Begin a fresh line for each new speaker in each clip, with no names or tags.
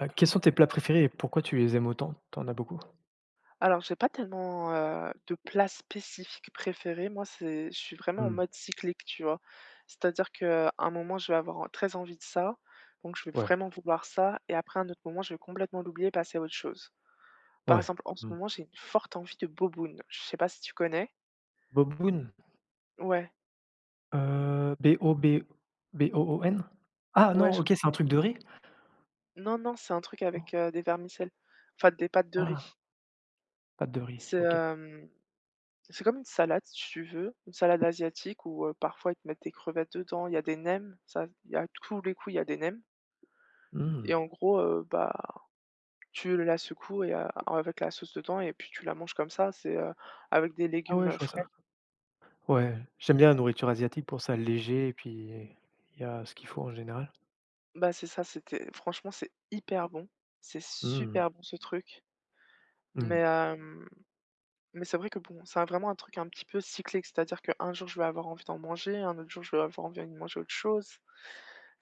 Quels sont tes plats préférés et pourquoi tu les aimes autant? T'en as beaucoup?
Alors, j'ai pas tellement, de plat spécifique préféré. Moi, c'est je suis vraiment en
Mmh.
mode cyclique, tu vois? C'est-à-dire qu'à un moment, je vais avoir en très envie de ça, donc je vais
Ouais,
vraiment vouloir ça et après à un autre moment, je vais complètement l'oublier, et passer à autre chose. Par
ouais.
exemple, en ce
Mmh.
moment, j'ai une forte envie de boboon. Je sais pas si tu connais?
Boboon,
Ouais,
B-O-B B-O-O-N? Ah
ouais,
non,
je
OK, c'est un truc de riz?
non, non, c'est un truc
Non?
avec, des vermicelles, enfin des pâtes de
Ah,
riz.
pâte de riz,
C'est,
OK.
hem C'est comme une salade si tu veux, une salade asiatique où, parfois ils te mettent des crevettes dedans, il y a des nems, ça il y a tous les coups, il y a des nems et
Mmh.
en gros, bah, tu la secoues et avec la sauce dedans et puis tu la manges comme ça, avec des
Ah
légumes,
ouais, je vois ça.
frais.
Ouais, j'aime bien la nourriture asiatique pour ça, léger et puis il y a ce qu'il faut en général.
Bah, c'est ça, c'était franchement, c'est hyper bon, c'est
Mmh.
super bon ce truc, mais
Mmh.
hem mais c'est vrai que bon, ça a vraiment un truc un petit peu cyclique, c'est-à-dire qu'un jour je vais avoir envie d'en manger, un autre jour je vais avoir envie de manger autre chose.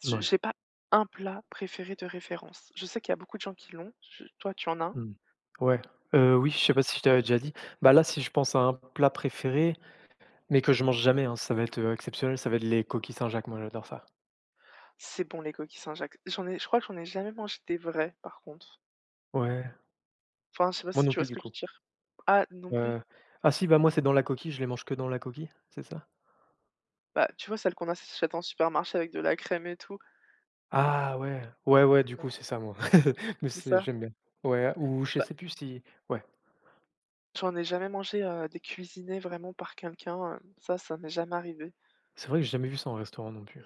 J
Mouais.
j'ai pas un plat préféré de référence. Je sais qu'il y a beaucoup de gens qui l'ont, toi tu en as un?
Mmh. Ouais. Oui, je sais pas si je t'avais déjà dit. Bah, là, si je pense à un plat préféré, mais que je mange jamais, hein, ça va être, exceptionnel, ça va être les coquilles Saint-Jacques, moi, j'adore ça.
C'est bon les coquilles Saint-Jacques. Je crois que j'en ai jamais mangé des vrais par contre.
Ouais.
Enfin, je sais pas
Moi
si
non
tu vois
plus
ce
du
que je veux
coup.
dire. Ah, non plus?
Heu, ah si, bah, moi c'est dans la coquille, je les mange que dans la coquille, c'est ça?
Bah, tu vois celles qu'on achète en supermarché avec de la crème et tout.
Ah ouais, ouais, ouais, du
Ouais.
coup c'est ça moi. Mais
C'est
c'est
ça.
j'aime bien. Ouais ou je
Bah,
sais plus si ouais,
j'en ai jamais mangé, des cuisinés vraiment par quelqu'un, ça, ça m'est jamais arrivé.
c'est vrai que j'ai jamais vu ça en restaurant non plus.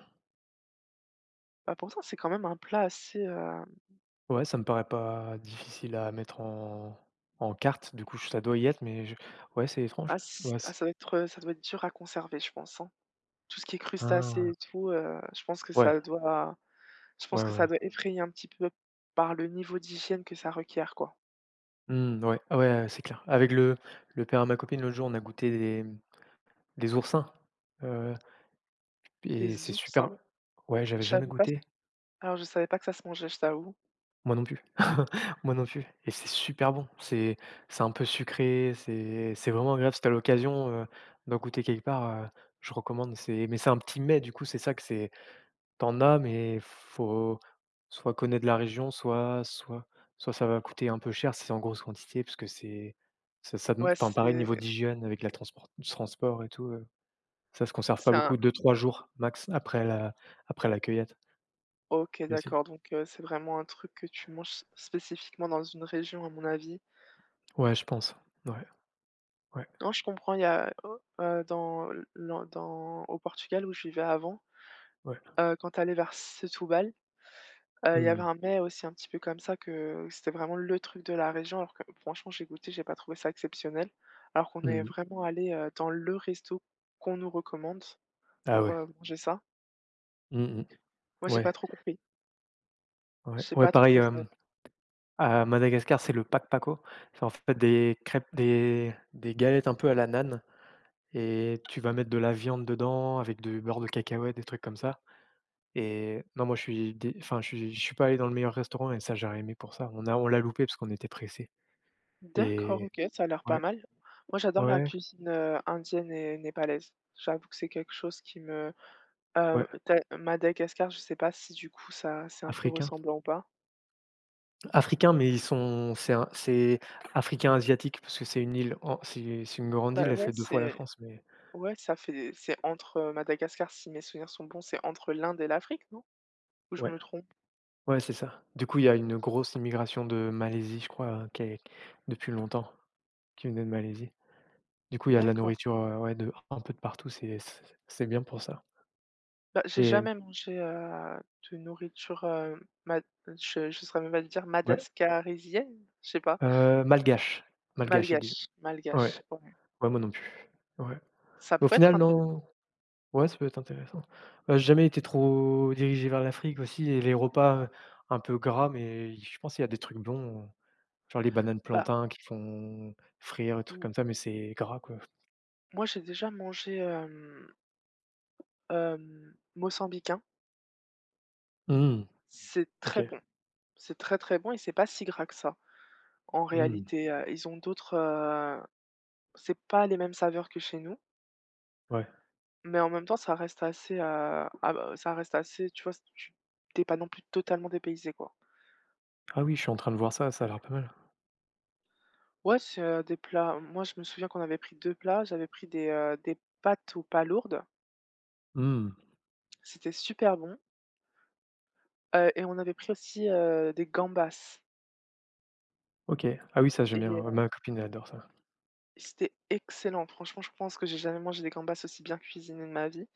Bah, pourtant, c'est quand même un plat assez, heu,
Ouais, ça me paraît pas difficile à mettre en en carte, du coup ça doit y être, mais je ouais c'est étrange.
assez
Ouais
ah
c
Ça doit être dur à conserver, je pense, hein? Tout ce qui est crustacés
ah,
et tout,
ouais,
je
ouais,
pense que ça
ouais.
doit effrayer un petit peu par le niveau d'hygiène que ça requiert, quoi.
Mmh, ouais, ah ouais, c'est clair. Avec le père à ma copine l'autre jour, on a goûté des oursins, heu et
Des
c'est
oursins,
super ouais, j'avais
je
jamais
savais pas ce que
goûté.
alors je savais pas que ça se mangeait, je t'avoue.
Moi non plus, moi non plus et c'est super bon. C'est un peu sucré, c'est vraiment agréable. Si t'as l'occasion, d'en goûter quelque part, je recommande. C'est mais c'est un petit mets du coup, c'est ça que c'est T'en as mais faut soit connaître la région, soit soit soit ça va coûter un peu cher si c'est en grosse quantité parce que c'est ça ça dem
Ouais,
enfin pareil niveau d'hygiène avec la transport du transport et tout, ça se conserve pas
c'est un
beaucoup, deux trois jours max après la cueillette
OK,
mais c'est
d'accord, donc c'est vraiment un truc que tu manges spécifiquement dans une région, à mon avis.
ouais je pense. Ouais, ouais,
Non, je comprends, il y a, dans l'en dans au Portugal où je vivais avant,
ouais.
quand tu allais vers Setúbal. Il y avait
Mmh.
un mets aussi un petit peu comme ça que c'était vraiment le truc de la région alors que franchement j'ai goûté, j'ai pas trouvé ça exceptionnel. Alors qu'on est
Mmh.
vraiment allé dans le resto qu'on nous recommande
Ah
pour,
ouais.
manger ça.
Mmh mh.
Moi j'ai pas
Ouais,
trop compris.
ouais,
J'ai
ouais,
pas
pareil,
trouvé ça
à Madagascar, c'est le pakpako. C'est en fait des crêpes des galettes un peu à la nane et tu vas mettre de la viande dedans avec du beurre de cacahuète, des trucs comme ça et non, moi, je suis dé enfin, je suis pas allé dans le meilleur restaurant et ça, j'aurais aimé pour ça. On a on l'a loupé parce qu'on était pressés
D'accord,
et
OK, ça a l'air pas
ouais,
mal. Moi j'adore la
ouais,
cuisine, indienne et népalaise. J'avoue que c'est quelque chose qui me
ouais,
tu Madagascar, je sais pas si du coup ça c'est un peu
africain.
ressemblant ou pas?
Africain, mais ils sont c'est un c'est africain asiatique parce que c'est une île en c'est une grande île,
Bah,
elle
ouais,
fait 2 fois la
c'est
France, mais
Ouais, ça fait c'est entre, Madagascar, si mes souvenirs sont bons, c'est entre l'Inde et l'Afrique, non? Ou je
ouais.
me trompe?
Ouais, c'est ça. Du coup, il y a une grosse immigration de Malaisie, je crois, qui est depuis longtemps, qui venait de Malaisie. Du coup, il y a de la
D'accord.
nourriture, ouais, de un peu de partout, c'est bien pour ça
Bah, j'ai
et
jamais mangé, de nourriture, mad je saurais même pas te dire
ouais,
madagascarisienne? Je sais pas.
malgache, malgache, ils disent.
Malgache,
Ouais,
malgache, ouais.
ouais, moi non plus. Ouais.
Ça
Au
pourrait être
final, non
intéressant.
ouais, ça peut être intéressant. J'ai jamais été trop dirigé vers l'Afrique aussi et les repas, un peu gras, mais je pense qu'il y a des trucs bons, genre les bananes
Bah,
plantains qui font frire, des trucs
m
comme ça, mais c'est gras, quoi.
moi, j'ai déjà mangé, mozambicain.
Mmh,
C'est
OK.
très bon. C'est très, très bon et c'est pas si gras que ça, en
Mmh.
réalité, c'est pas les mêmes saveurs que chez nous.
Ouais.
Mais en même temps, ça reste assez, tu vois, tu es pas non plus totalement dépaysé, quoi.
Ah oui, je suis en train de voir ça, ça a l'air pas mal.
Ouais, c'est, des plats moi, je me souviens qu'on avait pris 2 plats. J'avais pris des pâtes aux palourdes,
Mmh.
c'était super bon, et on avait pris aussi, des gambas
OK. Ah oui, ça j'aime
et
bien, ouais, ma copine elle adore ça.
c'était excellent. Franchement, je pense que j'ai jamais mangé des gambas aussi bien cuisinées de ma vie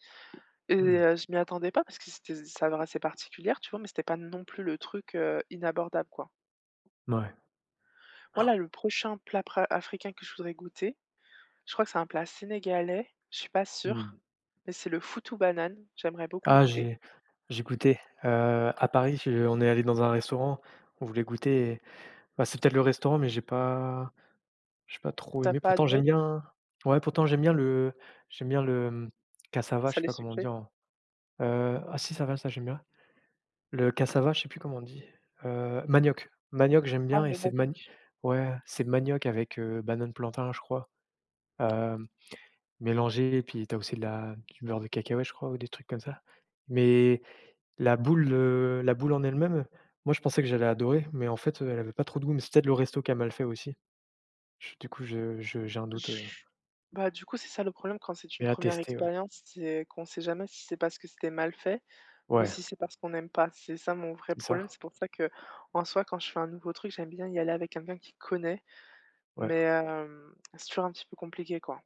et
Mmh.
je m'y attendais pas parce que c'était des saveurs assez particulières, tu vois? Mais c'était pas non plus le truc, inabordable, quoi.
Mouais.
Voilà le prochain plat pra africain que je voudrais goûter. Je crois que c'est un plat sénégalais, je suis pas sûre,
Mmh.
mais c'est le foutou banane, j'aimerais beaucoup le
Ah
goûter.
j'ai goûté, à Paris, je on est allé dans un restaurant, on voulait goûter et bah, c'est peut-être le restaurant, mais j'ai pas trop
T'as
aimé.
pas
Pourtant
adoré?
j'aime bien ouais, pourtant j'aime bien le, mmh, cassava, je sais
Salé
pas comment on dit
sucré?
en ah si ça va, ça j'aime bien. Le cassava, je sais plus comment on dit, manioc. Manioc, j'aime
Ah,
bien et
le
c'est de mani
manioc.
ouais, c'est manioc avec, banane plantain, je crois. Hem, mélangé et puis tu as aussi de la du beurre de cacahuète, je crois ou des trucs comme ça. Mais la boule en elle-même, moi je pensais que j'allais adorer, mais en fait, elle avait pas trop de goût, mais c'est peut-être le resto qui a mal fait aussi. Je du coup, je j'ai un doute,
J Bah, du coup, c'est ça le problème quand c'est une
mais à
première
tester, ouais.
expérience, c'est qu'on sait jamais si c'est parce que c'était mal fait ou
Ouais,
si c'est parce qu'on n'aime pas. C'est ça mon vrai
c'est
problème,
ça,
c'est pour ça que en soi, quand je fais un nouveau truc, j'aime bien y aller avec quelqu'un qui connaît,
ouais.
mais c'est toujours un petit peu compliqué, quoi.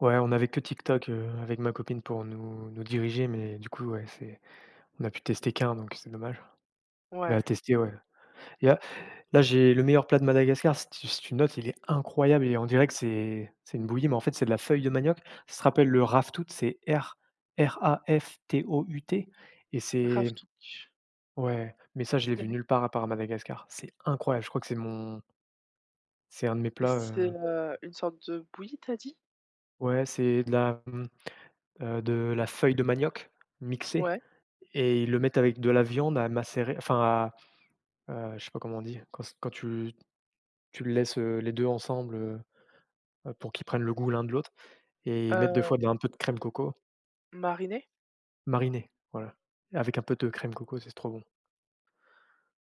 Ouais, on avait que TikTok, avec ma copine pour nous diriger, mais du coup, ouais, c'est on a pu tester qu'un, donc c'est dommage. Mais
Ouais,
à tester, ouais. Il y a Là, j'ai le meilleur plat de Madagascar, si tu si tu notes, il est incroyable et on dirait que c'est une bouillie, mais en fait, c'est de la feuille de manioc. Ça se rappelle le raftout, c'est R R-A-F-T-O-U-T et c'est
raftouk.
ouais, mais ça, je l'ai vu
Dac
nulle part à part à Madagascar. C'est incroyable, je crois que c'est mon c'est un de mes
Et
plats,
c'est, une sorte de bouillie, t'as dit?
ouais, c'est de la, mmh, de la feuille de manioc mixée
Ouais.
et ils le mettent avec de la viande à macérer, enfin à, je sais pas comment on dit? Quand tu tu le laisses, les 2 ensemble, pour qu'ils prennent le goût l'un de l'autre. Et ils mettent des fois de un peu de crème coco
Mariné?
marinée, voilà, avec un peu de crème coco, c'est trop bon.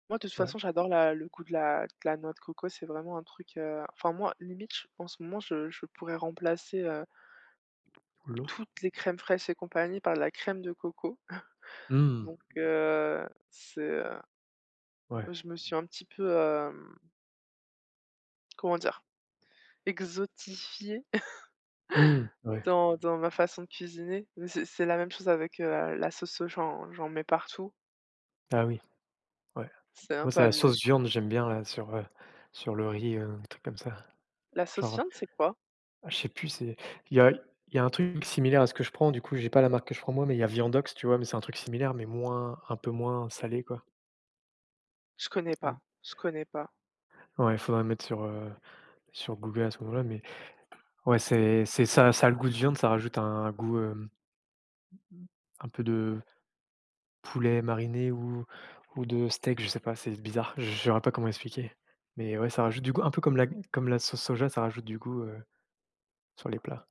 Moi, de toute
Ouais,
façon, j'adore la le goût de la noix de coco, c'est vraiment un truc, enfin moi, limite, je en ce moment, je pourrais remplacer,
ou l'eau.
toutes les crèmes fraîches et compagnie par de la crème de coco.
Mmh,
Donc
ouais.
je me suis un petit peu, comment dire? Exotifiée
Mmh, ouais.
dans ma façon de cuisiner. Mais c'est la même chose avec, la sauce soja, hein, j'en mets partout,
Ah oui, ouais.
c'est un
Moi,
peu
c'est la
abusé.
sauce viande, j'aime bien là sur, sur le riz, des trucs comme ça.
La sauce
Genre,
viande, c'est quoi?
je sais plus, c'est il y a il y a un truc similaire à ce que je prends, du coup, j'ai pas la marque que je prends moi, mais il y a Viandox, tu vois? Mais c'est un truc similaire, mais moins un peu moins salé, quoi.
Je connais
Mmh.
pas, je connais pas.
Ouais, faudrait mettre sur, sur Google à ce moment-là, mais ouais, c'est ça ça a le goût de viande, ça rajoute un goût, un peu de Poulet mariné ou de steak, je sais pas, c'est bizarre, je saurais pas comment expliquer. Mais ouais, ça rajoute du goût, un peu comme la sauce soja, ça rajoute du goût, sur les plats.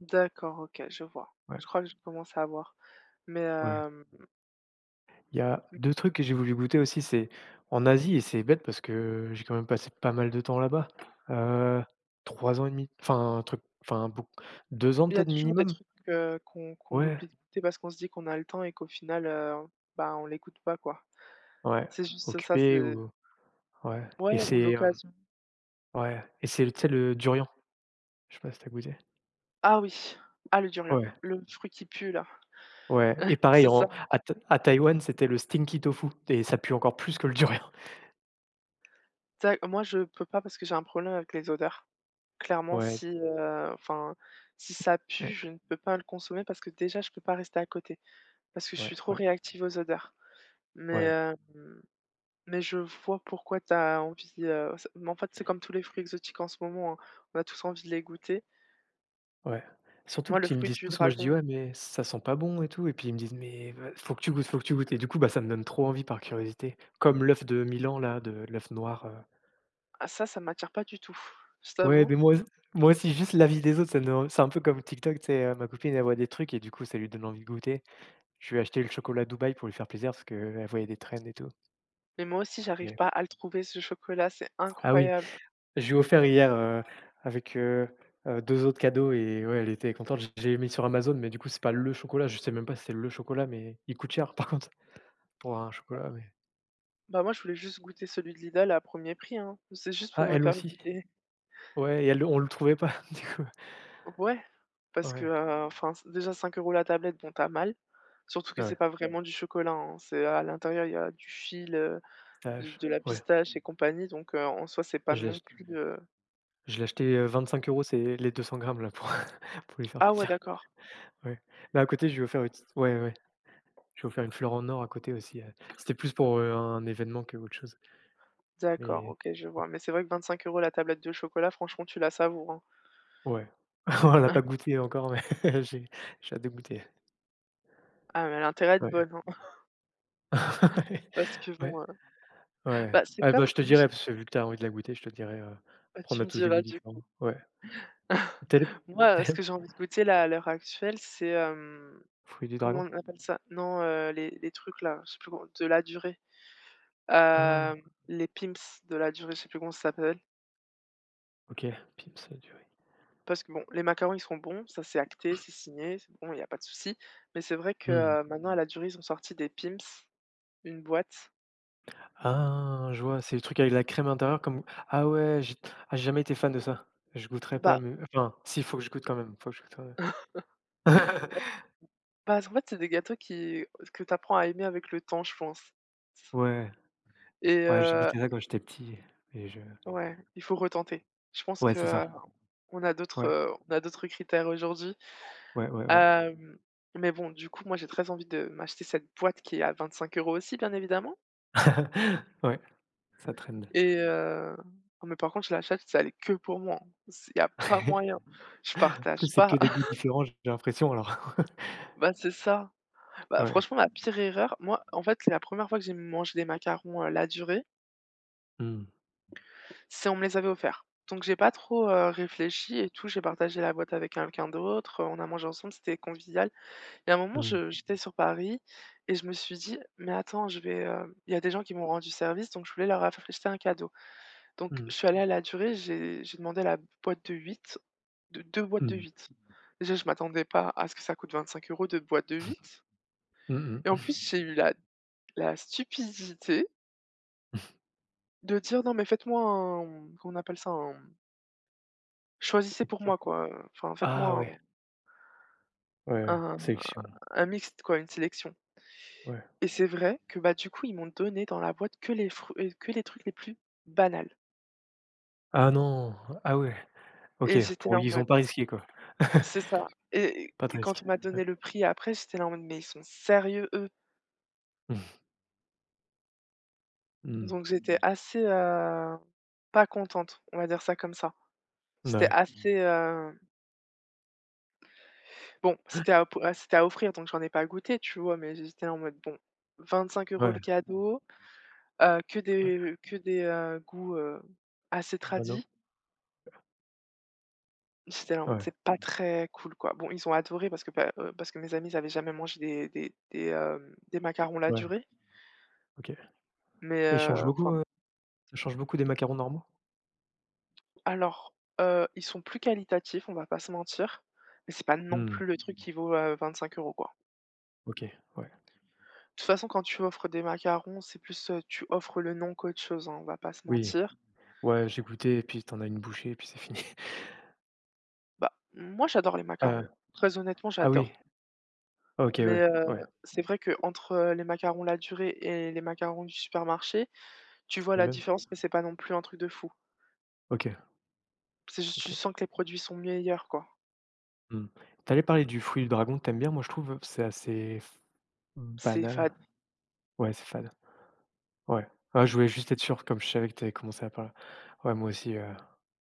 D'accord, OK, je vois.
Ouais,
Je crois que je commence à voir. Mais
ouais. Il y a
mmh,
2 trucs que j'ai voulu goûter aussi, c'est en Asie et c'est bête parce que j'ai quand même passé pas mal de temps là-bas. Heu, 3 ans et demi, enfin un truc, enfin beaucoup 2 ans
il y a
peut-être
toujours des
minimum?
trucs, qu'on
Ouais,
oublie d'écouter parce qu'on se dit qu'on a le temps et qu'au final, bah, on l'écoute pas, quoi.
ouais,
C'est juste ça,
occupé
c'est
ou ouais et
ouais ou
c'est,
l'occasion.
ouais et c'est, tu sais, le durian, je sais pas si t'as goûté?
Ah oui! Ah le durian,
Ouais.
le fruit qui pue là,
Ouais et pareil
c'est ça.
en à Tai à Taïwan, c'était le stinky tofu et ça pue encore plus que le durian.
Tu Moi je peux pas parce que j'ai un problème avec les odeurs. Clairement
Ouais,
si ça
ouais,
pue, je ne peux pas le consommer parce que déjà je peux pas rester à côté, parce que je
ouais,
suis trop
ouais,
réactive aux odeurs. Mais
ouais,
hem mais je vois pourquoi tu as envie, c mais en fait, c'est comme tous les fruits exotiques en ce moment, hein. On a tous envie de les goûter.
ouais. Surtout
Moi,
que
le
tu me
fruit
disent
du
tous, moi je dis:
dragon,
«Ouais, mais ça sent pas bon et tout» et puis ils me disent: «Mais va faut que tu goûtes, faut que tu goûtes» et du coup, bah, ça me donne trop envie par curiosité. Comme l'œuf de Milan là, de l'œuf noir.
ah ça, ça m'attire pas du tout, je
Ouais,
t'avoue.
mais moi moi aussi juste l'avis des autres, ça me donne c'est un peu comme TikTok, tu sais, ma copine, elle voit des trucs et du coup, ça lui donne envie de goûter. Je lui ai acheté le chocolat Dubaï pour lui faire plaisir parce qu'elle voyait des trends et tout,
Mais moi aussi, j'arrive
mais
pas à le trouver ce chocolat, c'est
ah oui.
incroyable.
Je lui ai offert hier, avec 2 autres cadeaux et ouais, elle était contente. J j'ai mis sur Amazon, mais du coup, c'est pas le chocolat. Je sais même pas si c'est le chocolat, mais il coûte cher par contre pour un chocolat, mais
Bah, moi, je voulais juste goûter celui de Lidl à premier prix, hein. C'est juste pour
ah,
me
elle
faire une
aussi?
idée.
Ouais et elle on le trouvait pas du coup.
Ouais, parce que,
Ouais,
enfin, c déjà 5 euros la tablette, bon, t'as mal. Surtout que c'est
ouais,
pas vraiment du chocolat, hein, c'est à l'intérieur, il y a du fil, du
Stash,
de la
ouais.
pistache et compagnie, donc en soi, c'est pas
Je l'ai
non
ach
plus,
je l'ai acheté, 25 euros c'est les 200 grammes là pour pour lui faire
ah ouais,
plaisir.
d'accord.
Ouais, mais à côté, je lui ai offert une petite ouais, ouais, je lui ai offert une fleur en or à côté aussi, c'était plus pour, un événement que autre chose,
D'accord,
mais
OK, je vois. Mais c'est vrai que 25 euros la tablette de chocolat, franchement, tu la savoures, hein.
Ouais. On l'a pas goûté encore, mais j'ai j'ai hâte de goûter.
Ah, mais elle a intérêt à être
Ouais.
bonne, hein, parce que
Ouais,
bon,
ouais.
bah, c'est
Ah bah,
comme
je te
moi,
dirai,
j'ai
parce que vu que tu as envie de la goûter, je te dirai, après
bah,
on
tu
a
me
tous des goûts
diras du
différents.
coup.
Ouais. Et Tel
Moi, ce
tel
que j'ai envie de goûter là, à l'heure actuelle,
fruit du
comment
dragon?
on appelle ça? Non, les trucs là, je sais plus comment de la durée.
Ah,
Hem, les pimps de la durée, je sais plus comment ça s'appelle.
OK. Peeps, durée.
Parce que bon, les macarons, ils sont bons, ça c'est acté, c'est signé, c'est bon, il y a pas de souci. Mais c'est vrai que,
Mmh.
maintenant à la durée, ils ont sorti des pimps une boîte.
Ah, je vois, c'est le truc avec la crème intérieure comme ah ouais, j'ai ah j'ai jamais été fan de ça. Je goûterai pas,
Bah
mais enfin, si, faut que je goûte quand même, faut que je goûte quand même.
Bah, en fait, c'est des gâteaux qui que tu apprends à aimer avec le temps, je pense
Ouais,
et
ouais, j'ai goûté ça quand j'étais petit et je
ouais, il faut retenter. Je pense
ouais,
que
c'est ça. Ouais,
on a d'autres critères aujourd'hui,
ouais, ouais, ouais.
hem, mais bon, du coup, moi, j'ai très envie de m'acheter cette boîte qui est à 25 euros aussi, bien évidemment
Ouais, ça traîne.
et mais par contre, je l'achète, c'est elle que pour moi, hein. Il y a pas moyen, je
En plus,
partage
c'est que
pas.
des goûts différents, j'ai l'impression alors.
Bah, c'est ça. Bah,
Ouais.
franchement, ma pire erreur, moi, en fait, c'est la première fois que j'ai mangé des macarons, la durée.
Mmh.
C'est On me les avait offerts. Donc j'ai pas trop, réfléchi et tout, j'ai partagé la boîte avec quelqu'un d'autre, on a mangé ensemble, c'était convivial et à un moment,
Mmh.
je j'étais sur Paris et je me suis dit: «Mais attends, il y a des gens qui m'ont rendu service, donc je voulais leur acheter un cadeau». Donc je
Mmh.
suis allée à la durée, j'ai demandé la boîte de 8, de 2 boîtes de
Mmh.
8. Déjà, je m'attendais pas à ce que ça coûte 25 euros 2 boîtes de 8.
Mmh
Et en plus,
mh.
j'ai eu la stupidité de dire: «Non mais faites-moi un», comment on appelle ça? Choisissez pour
OK.
moi, quoi, enfin faites-moi
Ah ouais. Ouais, ouais,
un
sélection,
un mixte, quoi, une sélection.
ouais.
Et c'est vrai que, bah, du coup, ils m'ont donné dans la boîte que les trucs les plus banals
Ah non! Ah ouais, OK,
et j'étais
pour
là en
ils ont
mode
pas risqué quoi.
c'est ça et
Pas de
et
risque.
quand on m'a donné le prix après, j'étais là en mode: «Mais ils sont sérieux eux?»
Mmh. Mmh.
Donc j'étais assez, pas contente, on va dire ça comme ça. C'était
Ouais,
assez, bon, c'était à offrir donc j'en ai pas goûté, tu vois? Mais j'étais là en mode: «Bon, 25 euros
ouais,
le cadeau, que
ouais.
des que des, heu, goûts, assez
Bano?
tradis.» J'étais là en mode:
Ouais,
«C'est pas très cool, quoi». Bon, ils ont adoré parce que pa parce que mes amis, ils avaient jamais mangé des des macarons la
ouais,
durée,
OK. Et
mais
ils changent beaucoup,
enfin
ça change beaucoup des macarons normaux?
alors, ils sont plus qualitatifs, on va pas se mentir, mais c'est pas non
Mmh.
plus le truc qui vaut, 25 euros quoi.
OK, ouais.
De toute façon, quand tu offres des macarons, tu offres le nom qu'autre chose, hein, on va pas se
Oui.
mentir.
Ouais, j'ai goûté et puis t'en as une bouchée et puis c'est fini.
Bah, moi j'adore les macarons,
Heu,
très honnêtement,
ah oui.
j'adore.
OK,
Mais
ouais, ouais.
c'est vrai qu'entre, les macarons la durée et les macarons du supermarché, tu vois
Les
la
mêmes?
différence, mais c'est pas non plus un truc de fou.
OK,
C'est juste tu
OK.
sens que les produits sont meilleurs, quoi.
Mmh. Tu parler du fruit du dragon, tu aimes bien? Moi, je trouve, c'est assez f
C'est fade.
banal. Ouais, c'est fade. Ouais. Ah, je voulais juste être sûr, comme je savais que t'avais commencé à parler. Ouais, moi aussi,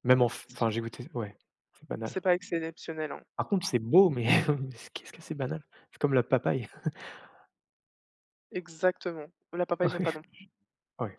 même en f enfin, j'ai
C'est
goûté ouais, c'est
c'est
banal.
pas exceptionnel, hein.
Par contre, c'est beau, mais mais qu'est-ce que c'est banal? C'est comme la papaye.
Exactement. La papaye, j'aime pas
Ouais. Ouais.